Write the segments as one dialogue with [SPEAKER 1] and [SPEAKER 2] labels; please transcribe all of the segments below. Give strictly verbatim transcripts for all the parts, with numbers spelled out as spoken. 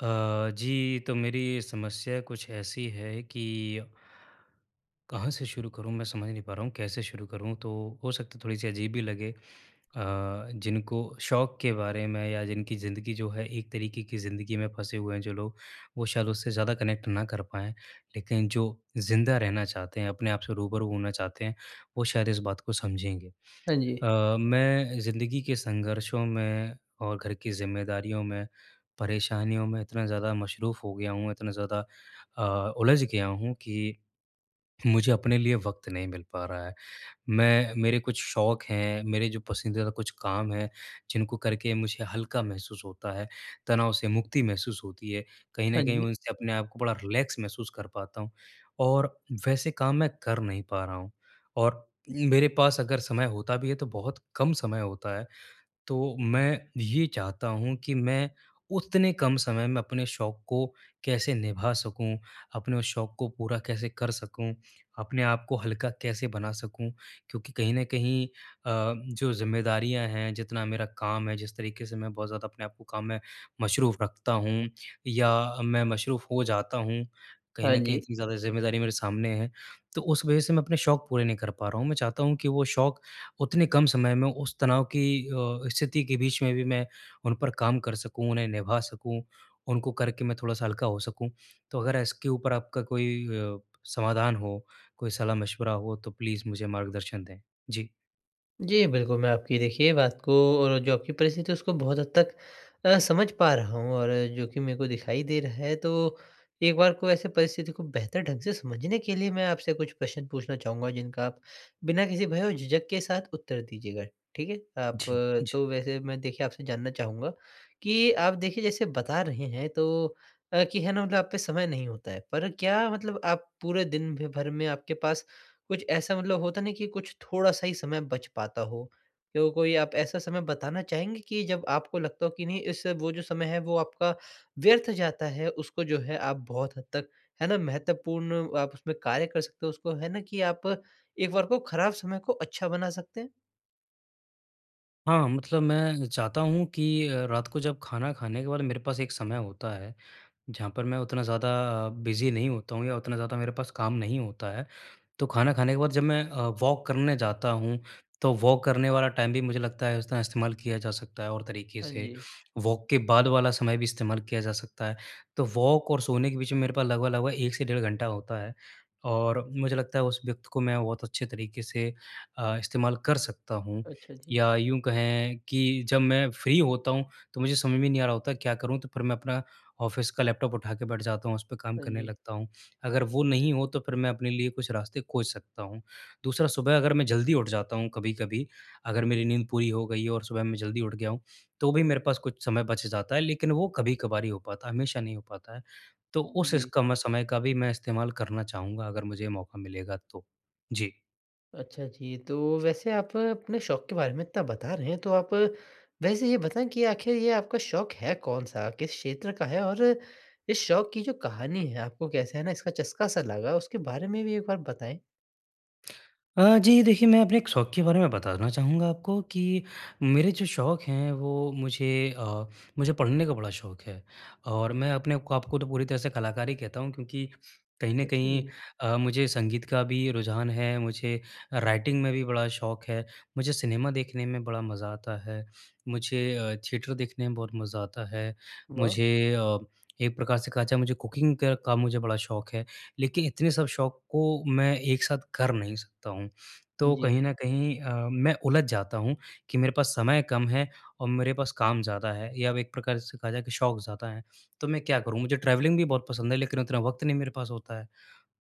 [SPEAKER 1] अ, जी, तो मेरी समस्या कुछ ऐसी है कि कहाँ से शुरू करूँ, मैं समझ नहीं पा रहा हूँ, कैसे शुरू करूँ? तो हो सकता है थोड़ी-सी अजीब भी लगे। अ, जिनको शौक के बारे में या जिनकी ज़िंदगी जो है एक तरीके की ज़िंदगी में फँसे हुए हैं जो लोग, वो शायद उससे ज़्यादा कनेक्ट ना कर पाएँ। लेकिन जो ज़िंदा रहना चाहते हैं, अपने आप से रूबरू होना चाहते हैं, वो शायद इस बात को समझेंगे।
[SPEAKER 2] हाँ जी।
[SPEAKER 1] अ, मैं ज़िंदगी के संघर्षों में और घर की ज़िम्मेदारियों में, परेशानियों में इतना ज़्यादा मशरूफ़ हो गया हूँ, इतना ज़्यादा अ, उलझ गया हूँ कि मुझे अपने लिए वक़्त नहीं मिल पा रहा है। मैं मेरे कुछ शौक हैं, मेरे जो पसंदीदा कुछ काम हैं, जिनको करके मुझे हल्का महसूस होता है, तनाव से मुक्ति महसूस होती है। कहीं न
[SPEAKER 2] हाँ
[SPEAKER 1] कहीं
[SPEAKER 2] जी।
[SPEAKER 1] उनसे अपने आप को बड़ा रिलैक्स महसूस कर पाता हूँ, और वैसे काम मैं कर नहीं पा रहा हूँ और मेरे पास अगर समय होता भी है तो बहुत कम समय होता है। तो मैं ये चाहता हूँ कि मैं उतने कम समय में अपने शौक को कैसे निभा सकूँ, अपने उस शौक को पूरा कैसे कर सकूँ, अपने आप को हल्का कैसे बना सकूँ। क्योंकि कहीं न कहीं अ, जो ज़िम्मेदारियाँ हैं, जितना मेरा काम है, जिस तरीके से मैं बहुत ज़्यादा अपने आप को काम में मशरूफ़ रखता हूँ या मैं मशरूफ़ हो जाता हूँ, कहीं
[SPEAKER 2] हाँ
[SPEAKER 1] न कहीं
[SPEAKER 2] जी।
[SPEAKER 1] इतनी ज़्यादा ज़िम्मेदारी मेरे सामने है, तो उस वजह से मैं अपने शौक पूरे नहीं कर पा रहा हूँ। मैं चाहता हूँ कि वो शौक उतने कम समय में उस तनाव की अ, स्थिति के बीच में भी मैं उन पर काम कर सकूँ, उन्हें निभा सकूँ, उनको करके मैं थोड़ा-सा हल्का हो सकूँ। तो अगर इसके ऊपर आपका कोई अ, समाधान हो, कोई सलाह-मशवरा हो तो प्लीज़ मुझे मार्गदर्शन दें। जी।
[SPEAKER 2] जी, बिल्कुल, मैं आपकी देखिए बात को और जो आपकी परिस्थिति है उसको बहुत हद तक अ, समझ पा रहा हूँ और जो कि मेरे को दिखाई दे रहा है। तो एक बार को ऐसे परिस्थिति को बेहतर ढंग से समझने के लिए मैं आपसे कुछ प्रश्न पूछना चाहूँगा जिनका आप बिना किसी भय और झिझक के साथ उत्तर दीजिएगा, ठीक है? आप।
[SPEAKER 1] जी। जी।
[SPEAKER 2] तो वैसे मैं देखिए आपसे जानना चाहूँगा कि आप देखिए जैसे बता रहे हैं, तो अ, कि है ना, मतलब आप पे समय नहीं होता है। पर क्या मतलब आप पूरे दिन भ भर में आपके पास कुछ ऐसा मतलब होता ना कि कुछ थोड़ा-सा ही समय बच पाता हो? तो कोई आप ऐसा समय बताना चाहेंगे कि जब आपको लगता हो कि नहीं, इस वो जो समय है वो आपका व्यर्थ जाता है, उसको जो है आप बहुत हद तक है ना महत्वपूर्ण आप उसमें कार्य कर सकते हो, उसको है ना कि आप एक बार को खराब समय को अच्छा बना सकते हैं?
[SPEAKER 1] हाँ, मतलब मैं चाहता हूँ कि अ, रात को जब खाना खाने के बाद मेरे पास एक समय होता है, जहाँ पर मैं उतना ज़्यादा अ, बिज़ी नहीं होता हूँ या उतना ज़्यादा मेरे पास काम नहीं होता है। तो खाना खाने के बाद जब मैं अ, वॉक करने जाता हूँ, तो वॉक करने वाला टाइम भी मुझे लगता है उस तरह इस्तेमाल किया जा सकता है और तरीके
[SPEAKER 2] हाँ
[SPEAKER 1] से।
[SPEAKER 2] जी।
[SPEAKER 1] वॉक के बाद वाला समय भी इस्तेमाल किया जा सकता है। तो वॉक और सोने के बीच में मेरे पास लगभग-लगभग एक से डेढ़ घंटा होता है और मुझे लगता है उस वक़्त को मैं बहुत अच्छे तरीके से अ, इस्तेमाल कर सकता हूँ।
[SPEAKER 2] अच्छा जी।
[SPEAKER 1] या यूँ कहें कि जब मैं फ्री होता हूँ, तो मुझे समझ में नहीं आ रहा होता, क्या करूँ? तो फिर मैं अपना ऑफ़िस का लैपटॉप उठा के बैठ जाता हूँ, उस पे काम
[SPEAKER 2] हाँ
[SPEAKER 1] करने
[SPEAKER 2] जी।
[SPEAKER 1] लगता हूँ। अगर वो नहीं हो तो फिर मैं अपने लिए कुछ रास्ते खोज सकता हूँ। दूसरा, सुबह अगर मैं जल्दी उठ जाता हूँ कभी-कभी, अगर मेरी नींद पूरी हो गई है और सुबह मैं जल्दी उठ गया हूँ, तो भी मेरे पास कुछ समय बच जाता है, लेकिन वो कभी-कभार ही हो पाता है, हमेशा नहीं हो पाता है। तो उस इस
[SPEAKER 2] जी।
[SPEAKER 1] कम समय का भी मैं इस्तेमाल करना चाहूँगा अगर मुझे मौका मिलेगा तो। जी।
[SPEAKER 2] अच्छा जी, तो वैसे आप अपने शौक के बारे में इतना बता रहे हैं, तो आप वैसे ये बताएँ कि आखिर ये आपका शौक है कौन-सा? किस क्षेत्र का है? और इस शौक की जो कहानी है, आपको कैसे है ना इसका चस्का सा लगा, उसके बारे में भी एक बार बताएँ?
[SPEAKER 1] अ, जी देखिए, मैं अपने एक शौक के बारे में बताना चाहूँगा आपको कि मेरे जो शौक हैं, वो मुझे अ, मुझे पढ़ने का बड़ा शौक है। और मैं अपने को आपको तो पूरी तरह से कलाकार ही कहता हूँ, क्योंकि कहीं न
[SPEAKER 2] अच्छा
[SPEAKER 1] कहीं
[SPEAKER 2] जी।
[SPEAKER 1] अ, मुझे संगीत का भी रुझान है, मुझे राइटिंग में भी बड़ा शौक है, मुझे सिनेमा देखने में बड़ा मज़ा आता है, मुझे अ, थिएटर देखने में बहुत मज़ा आता है,
[SPEAKER 2] वाह!
[SPEAKER 1] मुझे अ, एक प्रकार से कहा जाए, मुझे कुकिंग का का मुझे बड़ा शौक है, लेकिन इतने सब शौक को मैं एक साथ कर नहीं सकता हूँ। तो
[SPEAKER 2] जी।
[SPEAKER 1] कहीं न कहीं अ, मैं उलझ जाता हूँ कि मेरे पास समय कम है और मेरे पास काम ज़्यादा है, या अब एक प्रकार से कहा जाए कि शौक ज़्यादा है। तो मैं क्या करूँ? मुझे ट्रैवलिंग भी बहुत पसंद है, लेकिन उतना वक़्त नहीं मेरे पास होता है।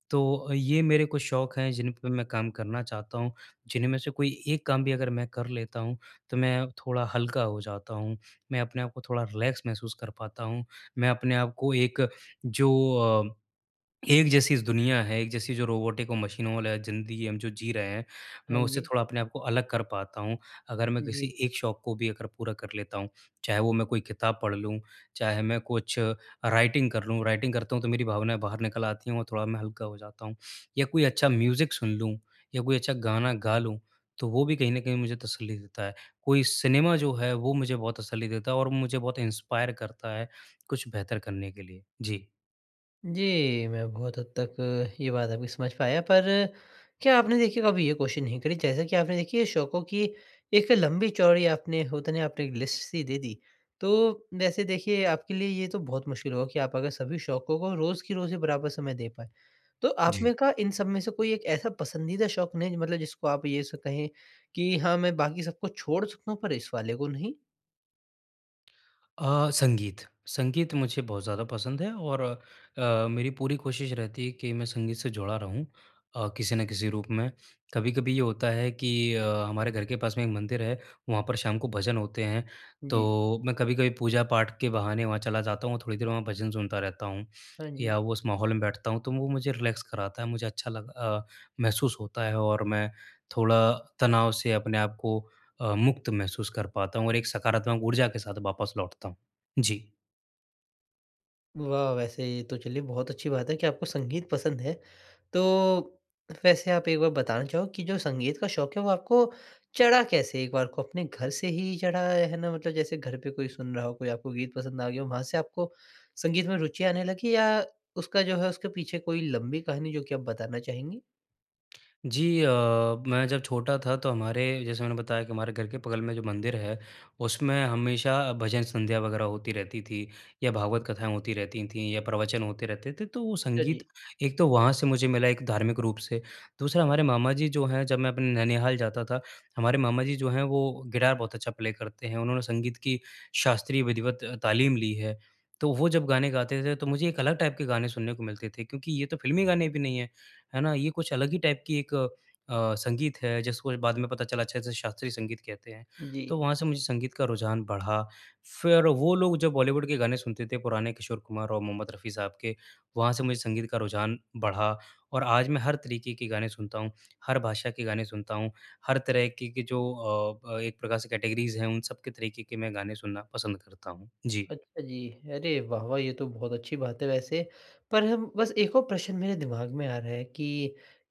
[SPEAKER 1] तो ये मेरे कुछ शौक हैं जिन पे मैं काम करना चाहता हूँ, जिन्हीं में से कोई एक काम भी अगर मैं कर लेता हूँ तो मैं थोड़ा हल्का हो जाता हूँ। मैं अपने आप को थोड़ा रिलैक्स महसूस कर पाता हूँ। मैं अपने आप को एक जो अ एक जैसी इस दुनिया है, एक जैसी जो रोबोटिक और मशीनों वाला ज़िंदगी हम जो जी रहे हैं,
[SPEAKER 2] हाँ
[SPEAKER 1] मैं उससे
[SPEAKER 2] जी।
[SPEAKER 1] थोड़ा अपने आप को अलग कर पाता हूँ। अगर मैं किसी
[SPEAKER 2] जी।
[SPEAKER 1] एक शौक को भी अगर पूरा कर लेता हूँ, चाहे वो मैं कोई किताब पढ़ लूँ, चाहे मैं कुछ राइटिंग कर लूँ, राइटिंग करता हूँ तो मेरी भावनाएँ बाहर निकल आती हैं और थोड़ा मैं हल्का हो जाता हूँ। या कोई अच्छा म्यूज़िक सुन लूँ या कोई अच्छा गाना गा लूँ, तो वो भी कहीं न कहीं मुझे तसल्ली देता है। कोई सिनेमा जो है वो मुझे बहुत तसल्ली देता है और मुझे बहुत इंस्पायर करता है, कुछ बेहतर करने के लिए। जी।
[SPEAKER 2] जी, मैं बहुत हद तक ये बात आपकी समझ पाया, पर क्या आपने देखिए कभी ये कोशिश नहीं करी? जैसे कि आपने देखिए शौकों की एक लंबी-चौड़ी आपने होता नहीं, आपने एक लिस्ट-सी दे दी। तो वैसे देखिए आपके लिए ये तो बहुत मुश्किल होगा कि आप अगर सभी शौकों को रोज़ की रोज़ ही बराबर समय दे पाएँ। तो आप
[SPEAKER 1] जी।
[SPEAKER 2] में का इन सब में से कोई एक ऐसा पसंदीदा शौक नहीं मतलब, जिसको आप ये स कहें कि हाँ, मैं बाकी सबको छोड़ सकता हूँ पर इस वाले को नहीं?
[SPEAKER 1] अ, संगीत। संगीत मुझे बहुत ज़्यादा पसंद है और अ, मेरी पूरी कोशिश रहती है कि मैं संगीत से जुड़ा रहूँ अ, किसी न किसी रूप में। कभी-कभी ये होता है कि अ, हमारे घर के पास में एक मंदिर है, वहाँ पर शाम को भजन होते हैं,
[SPEAKER 2] जी।
[SPEAKER 1] तो मैं कभी-कभी पूजा-पाठ के बहाने वहाँ चला जाता हूँ और थोड़ी देर वहाँ भजन सुनता रहता हूँ
[SPEAKER 2] हाँ जी।
[SPEAKER 1] या वो उस माहौल में बैठता हूँ, तो वो मुझे रिलैक्स कराता है, मुझे अच्छा लग अ, महसूस होता है और मैं थोड़ा तनाव से अपने आप को अ, मुक्त महसूस कर पाता हूँ और एक सकारात्मक ऊर्जा के साथ वापस लौटता हूँ। जी।
[SPEAKER 2] वाह! वैसे ये तो चलिए बहुत अच्छी बात है कि आपको संगीत पसंद है। तो वैसे आप एक बार बताना चाहो कि जो संगीत का शौक है वो आपको चढ़ा कैसे? एक बार को अपने घर से ही चढ़ा है ना? मतलब जैसे घर पे कोई सुन रहा हो, कोई आपको गीत पसंद आ गया हो, वहाँ से आपको संगीत में रुचि आने लगी, या उसका जो है उसके पीछे कोई लंबी कहानी जो कि आप बताना चाहेंगी?
[SPEAKER 1] जी। अ, मैं जब छोटा था, तो हमारे, जैसे मैंने बताया कि हमारे घर के बगल में जो मंदिर है, उसमें हमेशा भजन संध्या वगैरह होती रहती थी या भागवत कथाएं होती रहती थी या प्रवचन होते रहते थे, तो वो
[SPEAKER 2] अच्छा जी।
[SPEAKER 1] संगीत एक तो वहाँ से मुझे मिला, एक धार्मिक रूप से। दूसरा, हमारे मामा जी जो हैं, जब मैं अपने ननिहाल जाता था, हमारे मामा जी जो हैं, वो गिटार बहुत अच्छा प्ले करते हैं। उन्होंने संगीत की शास्त्रीय विधिवत तालीम ली है, तो वो जब गाने गाते थे, तो मुझे एक अलग टाइप के गाने सुनने को मिलते थे, क्योंकि ये तो फिल्मी गाने भी नहीं है, है ना? ये कुछ अलग ही टाइप की एक अ, संगीत है, जिसको बाद में पता चला, अच्छा, इसे शास्त्रीय संगीत कहते हैं।
[SPEAKER 2] जी।
[SPEAKER 1] तो वहाँ से मुझे संगीत का रुझान बढ़ा। फिर वो लोग जो बॉलीवुड के गाने सुनते थे पुराने, किशोर कुमार और मोहम्मद रफ़ी साहब के, वहाँ से मुझे संगीत का रुझान बढ़ा। और आज मैं हर तरीके के गाने सुनता हूँ, हर भाषा के गाने सुनता हूँ, हर तरह के के जो अ, ब एक प्रकार से कैटेगरीज़ हैं, उन सब के तरीके के मैं गाने सुनना पसंद करता हूँ। जी।
[SPEAKER 2] अच्छा जी। अरे वाह, वाह! ये तो बहुत अच्छी बात है वैसे। पर हम, बस एक और प्रश्न मेरे दिमाग में आ रहा है कि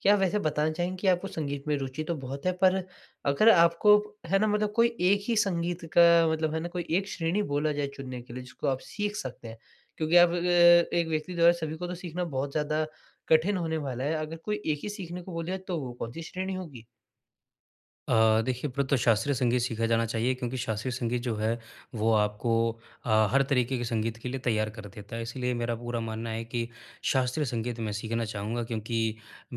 [SPEAKER 2] क्या आप वैसे बताना चाहेंगे कि आपको संगीत में रुचि तो बहुत है, पर अगर आपको है ना मतलब कोई एक ही संगीत का मतलब है ना कोई एक श्रेणी बोला जाए चुनने के लिए, जिसको आप सीख सकते हैं। क्योंकि आप अ, एक व्यक्ति द्वारा सभी को तो सीखना बहुत ज़्यादा कठिन होने वाला है। अगर कोई एक ही सीखने को बोला जाए, तो वो कौन-सी श्रेणी होगी?
[SPEAKER 1] अ, देखिए, फिर तो शास्त्रीय संगीत सीखा जाना चाहिए, क्योंकि शास्त्रीय संगीत जो है, वो आपको अ, हर तरीके के संगीत के लिए तैयार कर देता है। इसलिए मेरा पूरा मानना है कि शास्त्रीय संगीत मैं सीखना चाहूँगा, क्योंकि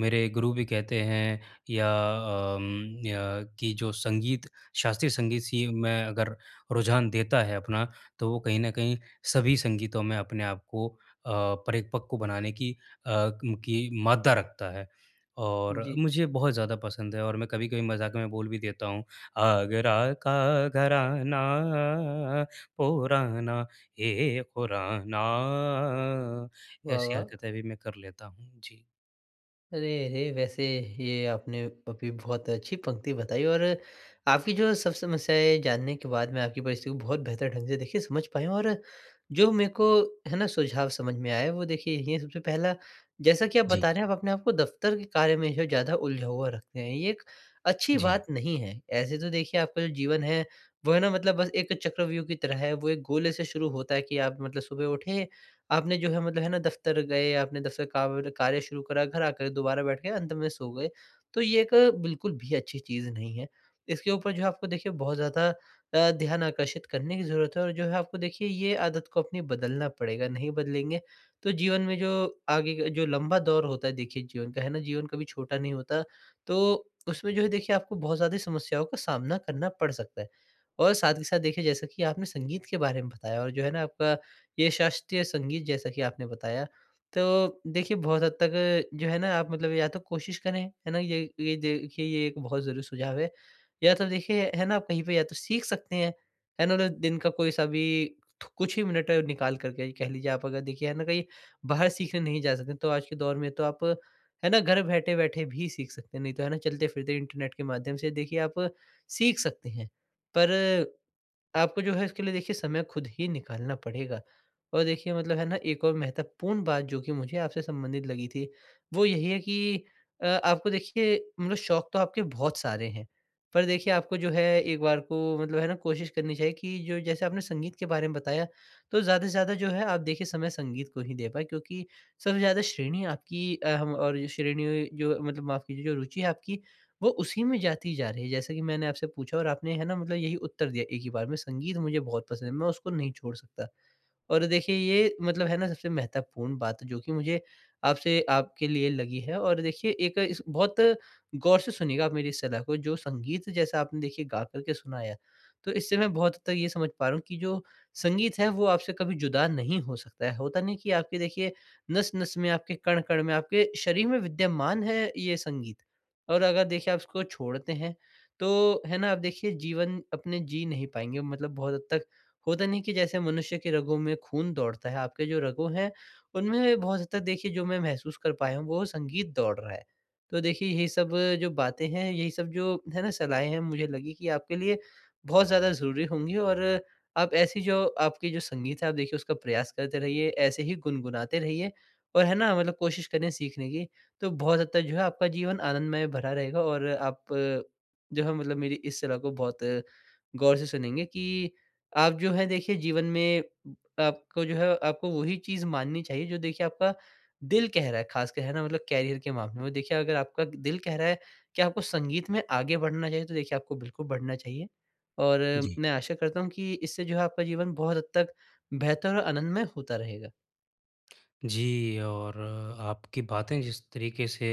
[SPEAKER 1] मेरे गुरु भी कहते हैं या अम, या कि जो संगीत शास्त्रीय संगीत सी में अगर रुझान देता है अपना, तो वो कहीं न कहीं सभी संगीतों में अपने आप को अ, परिपक्व बनाने की अ, की मादा रखता है। और
[SPEAKER 2] जी।
[SPEAKER 1] मुझे बहुत ज़्यादा पसंद है और मैं कभी-कभी मज़ाक में बोल भी देता हूँ। आगरा का घराना पुराना ये खुराना,
[SPEAKER 2] वाह,
[SPEAKER 1] ऐसी
[SPEAKER 2] वाह!
[SPEAKER 1] हरकतें भी मैं कर लेता हूँ। जी।
[SPEAKER 2] अरे! अरे! वैसे ये आपने अभी बहुत अच्छी पंक्ति बताई, और आपकी जो सब समस्याएँ जानने के बाद मैं आपकी परिस्थिति को बहुत बेहतर ढंग से देखिए समझ पाया हूँ, और जो मेरे को है ना सुझाव समझ में आया वो देखिए ये सबसे पहला, जैसा कि आप
[SPEAKER 1] जी,
[SPEAKER 2] बता रहे हैं आप अपने आप को दफ़्तर के कार्य में जो ज़्यादा उलझा हुआ रखते हैं, ये एक अच्छी बात
[SPEAKER 1] जी,
[SPEAKER 2] नहीं है। ऐसे तो देखिए आपका जो जीवन है वो है ना मतलब बस एक चक्रव्यूह की तरह है, वो एक गोले से शुरू होता है कि आप मतलब सुबह उठे, आपने जो है मतलब है ना दफ़्तर गए, आपने दफ़्तर काव कार्य शुरू करा, घर आकर दोबारा बैठ गए, अंत में सो गए। तो ये एक बिल्कुल भी अच्छी चीज़ नहीं है। इसके ऊपर जो है आपको देखिए बहुत ज़्यादा अ, ध्यान आकर्षित करने की ज़रूरत है, और जो है आपको देखिए ये आदत को अपनी बदलना पड़ेगा। नहीं बदलेंगे, तो जीवन में जो आगे का जो लंबा दौर होता है देखिए जीवन का है ना, जीवन कभी छोटा नहीं होता। तो उसमें जो है देखिए आपको बहुत ज़्यादा समस्याओं का सामना करना पड़ सकता है। और साथ ही साथ देखिए जैसा कि आपने संगीत के बारे में बताया, और जो है ना आपका ये शास्त्रीय संगीत जैसा कि आपने बताया, तो देखिए बहुत हद तक जो है ना आप मतलब या तो कोशिश करें, है ना? ये ये देखिए ये एक बहुत ज़रूरी सुझाव है। या तो देखिए है ना आप कहीं पे या तो सीख सकते हैं, है ना? मतलब दिन का कोई-सा भी थु कुछ ही मिनट निकाल कर के कह लीजिए, आप अगर देखिए है ना कहीं बाहर सीखने नहीं जा सकते, तो आज के दौर में तो आप है ना घर बैठे-बैठे भी सीख सकते हैं। नहीं तो है ना चलते-फिरते इंटरनेट के माध्यम से देखिए आप सीख सकते हैं। पर आपको जो है इसके लिए देखिए समय खुद ही निकालना पड़ेगा। और देखिए मतलब है ना एक और महत्वपूर्ण बात जो कि मुझे आपसे संबंधित लगी थी, वो यही है कि अ, आपको देखिए मतलब शौक तो आपके बहुत सारे हैं। पर देखिए आपको जो है एक बार को मतलब है ना कोशिश करनी चाहिए कि जो जैसे आपने संगीत के बारे में बताया, तो ज़्यादा से ज़्यादा जो है आप देखिए समय संगीत को ही दे पाएँ, क्योंकि सबसे ज़्यादा श्रेणी आपकी अ, हम और जो श्रेणी जो मतलब माफ़ कीजिए जो रुचि है आपकी वो उसी में जाती जा रही है, जैसे कि मैंने आपसे पूछा और आपने है ना मतलब यही उत्तर दिया एक ही बार में, संगीत मुझे बहुत पसंद है, मैं उसको नहीं छोड़ सकता। और देखिए ये मतलब है ना सबसे महत्वपूर्ण बात जो कि मुझे आपसे आपके लिए लगी है, और देखिए एक इस बहुत गौर से सुनिएगा आप मेरी इस सलाह को, जो संगीत जैसा आपने देखिए गा कर के सुनाया, तो इससे मैं बहुत हद तक ये समझ पा रहा हूँ कि जो संगीत है वो आपसे कभी जुदा नहीं हो सकता है। होता नहीं कि आपके देखिए नस-नस में, आपके कण-कण में, आपके शरीर में विद्यमान है ये संगीत, और अगर देखिए आप इसको छोड़ते हैं, तो है ना आप देखिए जीवन अपने जी नहीं पाएँगे मतलब बहुत हद तक। होता नहीं कि जैसे मनुष्य के रगों में खून दौड़ता है, आपके जो रगों हैं, उनमें बहुत हद तक देखिए जो मैं महसूस कर पाया हूँ, वो संगीत दौड़ रहा है। तो देखिए यही सब जो बातें हैं, यही सब जो है ना सलाहें हैं, मुझे लगी कि आपके लिए बहुत ज़्यादा ज़रूरी होंगी। और आप ऐसी जो आपकी जो संगीत है, आप देखिए उसका प्रयास करते रहिए, ऐसे ही गुनगुनाते रहिए, और है ना मतलब कोशिश करें सीखने की। तो बहुत हद तक जो है आपका जीवन आनंदमय भरा रहेगा, और आप अ, जो है मतलब मेरी इस सलाह को बहुत अ, गौर से सुनेंगे कि आप जो है देखिए जीवन में आपको जो है आपको वही चीज़ माननी चाहिए जो देखिए आपका दिल कह रहा है, खासकर है ना मतलब करियर के मामले में। देखिए अगर आपका दिल कह रहा है कि आपको संगीत में आगे बढ़ना चाहिए, तो देखिए आपको बिल्कुल बढ़ना चाहिए। और
[SPEAKER 1] जी।
[SPEAKER 2] मैं आशा करता हूँ कि इससे जो है आपका जीवन बहुत हद तक बेहतर और आनंदमय होता रहेगा।
[SPEAKER 1] जी, और अ, आपकी बातें जिस तरीके से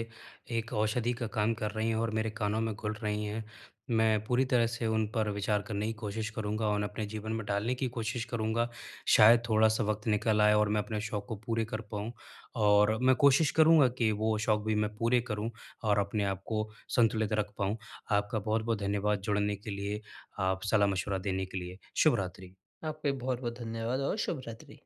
[SPEAKER 1] एक औषधि का काम कर रही हैं और मेरे कानों में घुल रही हैं, मैं पूरी तरह से उन पर विचार करने की कोशिश करूँगा और अपने जीवन में डालने की कोशिश करूँगा। शायद थोड़ा-सा वक़्त निकल आए और मैं अपने शौक को पूरे कर पाऊँ, और मैं कोशिश करूँगा कि वो शौक भी मैं पूरे करूँ और अपने आप को संतुलित रख पाऊँ। आपका बहुत-बहुत धन्यवाद जुड़ने के लिए, आप सलाह-मशवरा देने के लिए। शुभ रात्रि।
[SPEAKER 2] आपका भी बहुत-बहुत धन्यवाद और शुभ रात्रि।